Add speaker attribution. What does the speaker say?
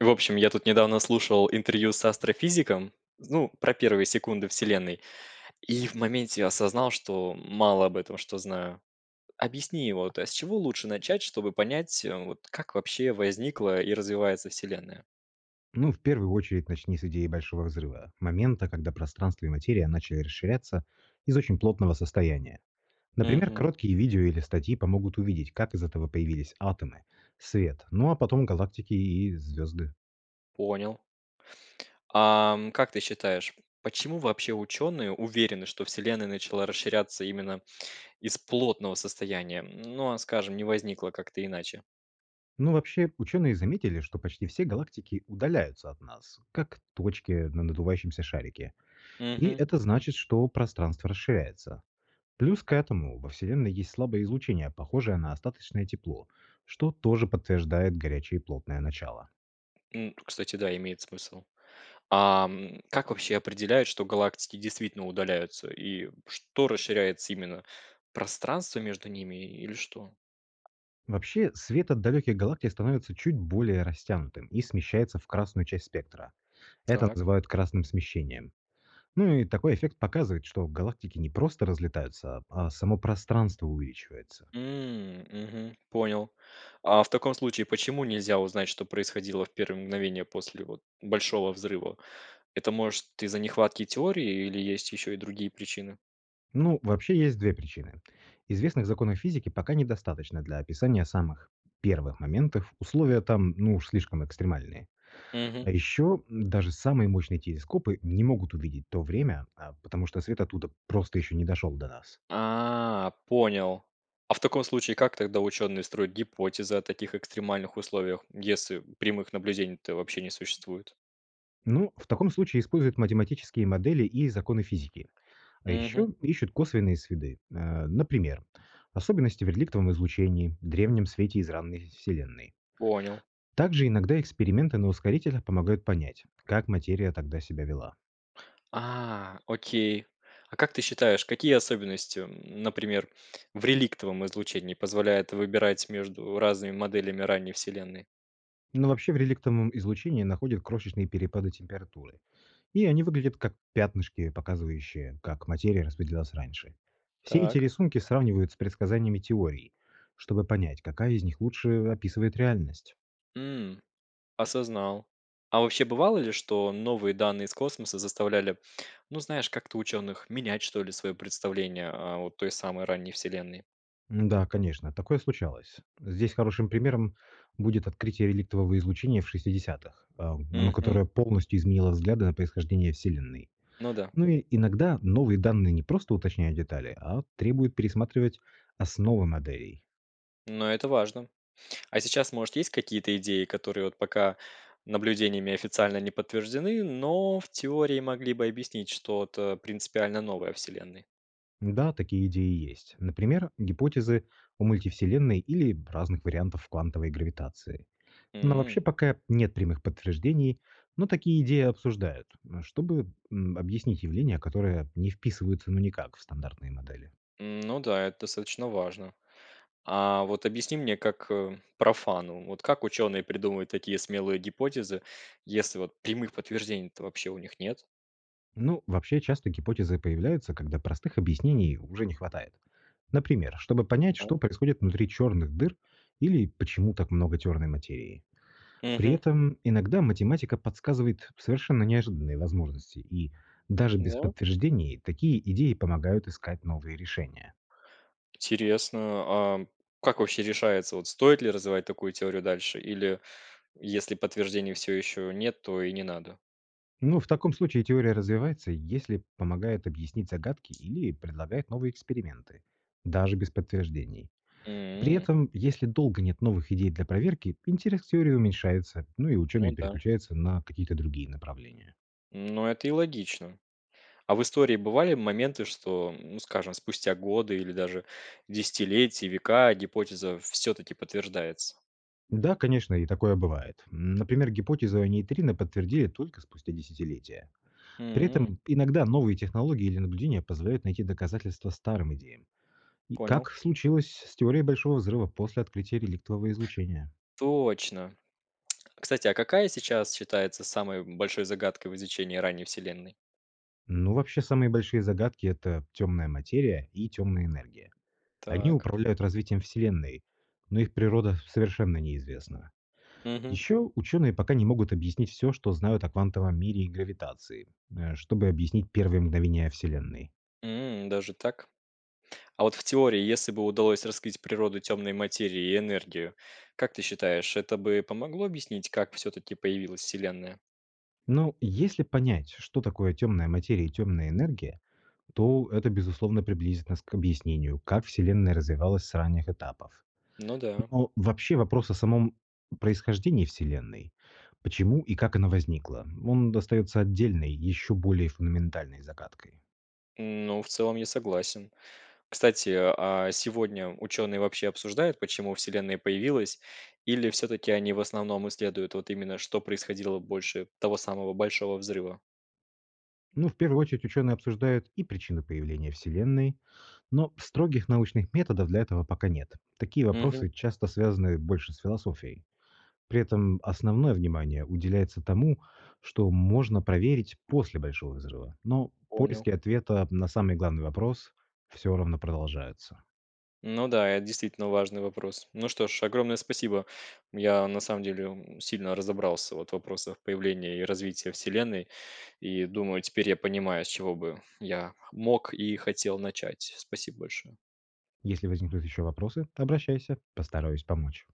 Speaker 1: В общем, я тут недавно слушал интервью с астрофизиком, ну, про первые секунды Вселенной, и в моменте осознал, что мало об этом что знаю. Объясни вот, а с чего лучше начать, чтобы понять, вот как вообще возникла и развивается Вселенная?
Speaker 2: Ну, в первую очередь, начни с идеи Большого взрыва, момента, когда пространство и материя начали расширяться из очень плотного состояния. Например,
Speaker 1: Мгм.
Speaker 2: короткие видео или статьи помогут увидеть, как из этого появились атомы, свет, ну а потом галактики и звезды.
Speaker 1: Понял. Как ты считаешь, почему вообще ученые уверены, что Вселенная начала расширяться именно из плотного состояния? Ну, а скажем, не возникла как-то иначе.
Speaker 2: Ну, вообще, ученые заметили, что почти все галактики удаляются от нас, как точки на надувающемся шарике. И
Speaker 1: Мгм.
Speaker 2: это значит, что пространство расширяется. Плюс к этому во Вселенной есть слабое излучение, похожее на остаточное тепло, что тоже подтверждает горячее и плотное начало.
Speaker 1: Кстати, да, имеет смысл. Как вообще определяют, что галактики действительно удаляются? И что расширяется именно? Пространство между ними или что?
Speaker 2: Вообще, свет от далеких галактик становится чуть более растянутым и смещается в красную часть спектра. Это
Speaker 1: Так.
Speaker 2: называют красным смещением. Ну и такой эффект показывает, что галактики не просто разлетаются, а само пространство увеличивается.
Speaker 1: Мгм, понял. А в таком случае, почему нельзя узнать, что происходило в первые мгновения после вот большого взрыва? Это может из-за нехватки теории или есть еще и другие причины?
Speaker 2: Ну, вообще есть две причины. Известных законов физики пока недостаточно для описания самых первых моментов, условия там, ну уж слишком экстремальные.
Speaker 1: Мгм.
Speaker 2: А еще даже самые мощные телескопы не могут увидеть то время, потому что свет оттуда просто еще не дошел до нас.
Speaker 1: А, понял. А в таком случае, как тогда ученые строят гипотезы о таких экстремальных условиях, если прямых наблюдений-то вообще не существует?
Speaker 2: Ну, в таком случае используют математические модели и законы физики. А
Speaker 1: Мгм.
Speaker 2: еще ищут косвенные следы. Например, особенности в реликтовом излучении, древнем свете из ранней Вселенной.
Speaker 1: Понял.
Speaker 2: Также иногда эксперименты на ускорителях помогают понять, как материя тогда себя вела.
Speaker 1: А, окей. А как ты считаешь, какие особенности, например, в реликтовом излучении позволяют выбирать между разными моделями ранней Вселенной?
Speaker 2: Но вообще в реликтовом излучении находят крошечные перепады температуры. И они выглядят как пятнышки, показывающие, как материя распределялась раньше. Все эти
Speaker 1: Так.
Speaker 2: рисунки сравнивают с предсказаниями теорий, чтобы понять, какая из них лучше описывает реальность.
Speaker 1: М, осознал. А вообще бывало ли, что новые данные из космоса заставляли, ну знаешь, как-то ученых менять, что ли, свое представление о вот той самой ранней Вселенной?
Speaker 2: Да, конечно, такое случалось. Здесь хорошим примером будет открытие реликтового излучения в 60-х, оно
Speaker 1: Мгм.
Speaker 2: которое полностью изменило взгляды на происхождение Вселенной.
Speaker 1: Ну да.
Speaker 2: Ну и иногда новые данные не просто уточняют детали, а требуют пересматривать основы моделей.
Speaker 1: Но это важно. А сейчас, может, есть какие-то идеи, которые вот пока наблюдениями официально не подтверждены, но в теории могли бы объяснить что-то принципиально новое о Вселенной?
Speaker 2: Да, такие идеи есть. Например, гипотезы о мультивселенной или разных вариантов квантовой гравитации. Но
Speaker 1: М,
Speaker 2: вообще пока нет прямых подтверждений, но такие идеи обсуждают, чтобы объяснить явления, которые не вписываются ну никак в стандартные модели.
Speaker 1: Ну да, это достаточно важно. А вот объясни мне, как профану, вот как ученые придумывают такие смелые гипотезы, если вот прямых подтверждений-то вообще у них нет?
Speaker 2: Ну, вообще часто гипотезы появляются, когда простых объяснений уже не хватает. Например, чтобы понять,
Speaker 1: Так.
Speaker 2: что происходит внутри черных дыр или почему так много черной материи. При
Speaker 1: Мгм.
Speaker 2: этом иногда математика подсказывает совершенно неожиданные возможности, и даже без
Speaker 1: Да.
Speaker 2: подтверждений такие идеи помогают искать новые решения.
Speaker 1: Интересно. А как вообще решается, вот стоит ли развивать такую теорию дальше, или если подтверждений все еще нет, то и не надо?
Speaker 2: Но в таком случае теория развивается, если помогает объяснить загадки или предлагает новые эксперименты, даже без подтверждений. При
Speaker 1: М,
Speaker 2: этом, если долго нет новых идей для проверки, интерес к теории уменьшается, ну и ученые
Speaker 1: ну да.
Speaker 2: переключаются на какие-то другие направления.
Speaker 1: Ну, это и логично. А в истории бывали моменты, что, ну, скажем, спустя годы или даже десятилетия, века гипотеза все-таки подтверждается?
Speaker 2: Да, конечно, и такое бывает. Например, гипотезу о нейтрино подтвердили только спустя десятилетия. При
Speaker 1: М,
Speaker 2: этом иногда новые технологии или наблюдения позволяют найти доказательства старым идеям. И
Speaker 1: понял.
Speaker 2: как случилось с теорией Большого Взрыва после открытия реликтового излучения.
Speaker 1: Точно. Кстати, а какая сейчас считается самой большой загадкой в изучении ранней Вселенной?
Speaker 2: Ну, вообще, самые большие загадки – это темная материя и темная энергия. Они
Speaker 1: Так.
Speaker 2: управляют развитием Вселенной, но их природа совершенно неизвестна.
Speaker 1: Мгм.
Speaker 2: Еще ученые пока не могут объяснить все, что знают о квантовом мире и гравитации, чтобы объяснить первые мгновения Вселенной.
Speaker 1: Даже так? А вот в теории, если бы удалось раскрыть природу темной материи и энергию, как ты считаешь, это бы помогло объяснить, как все-таки появилась Вселенная?
Speaker 2: Но если понять, что такое темная материя и темная энергия, то это, безусловно, приблизит нас к объяснению, как Вселенная развивалась с ранних этапов.
Speaker 1: Ну да.
Speaker 2: Но вообще вопрос о самом происхождении Вселенной, почему и как она возникла, он остается отдельной, еще более фундаментальной загадкой.
Speaker 1: Ну, в целом я согласен. Кстати, а сегодня ученые вообще обсуждают, почему Вселенная появилась, или все-таки они в основном исследуют вот именно, что происходило больше того самого большого взрыва?
Speaker 2: Ну, в первую очередь, ученые обсуждают и причины появления Вселенной, но строгих научных методов для этого пока нет. Такие
Speaker 1: Мгм,
Speaker 2: вопросы часто связаны больше с философией. При этом основное внимание уделяется тому, что можно проверить после большого взрыва. Но
Speaker 1: понял.
Speaker 2: поиски ответа на самый главный вопрос все равно продолжаются.
Speaker 1: Ну да, это действительно важный вопрос. Ну что ж, огромное спасибо. Я на самом деле сильно разобрался вот в вопросах появления и развития Вселенной, и думаю, теперь я понимаю, с чего бы я мог и хотел начать. Спасибо большое.
Speaker 2: Если возникнут еще вопросы, обращайся, постараюсь помочь.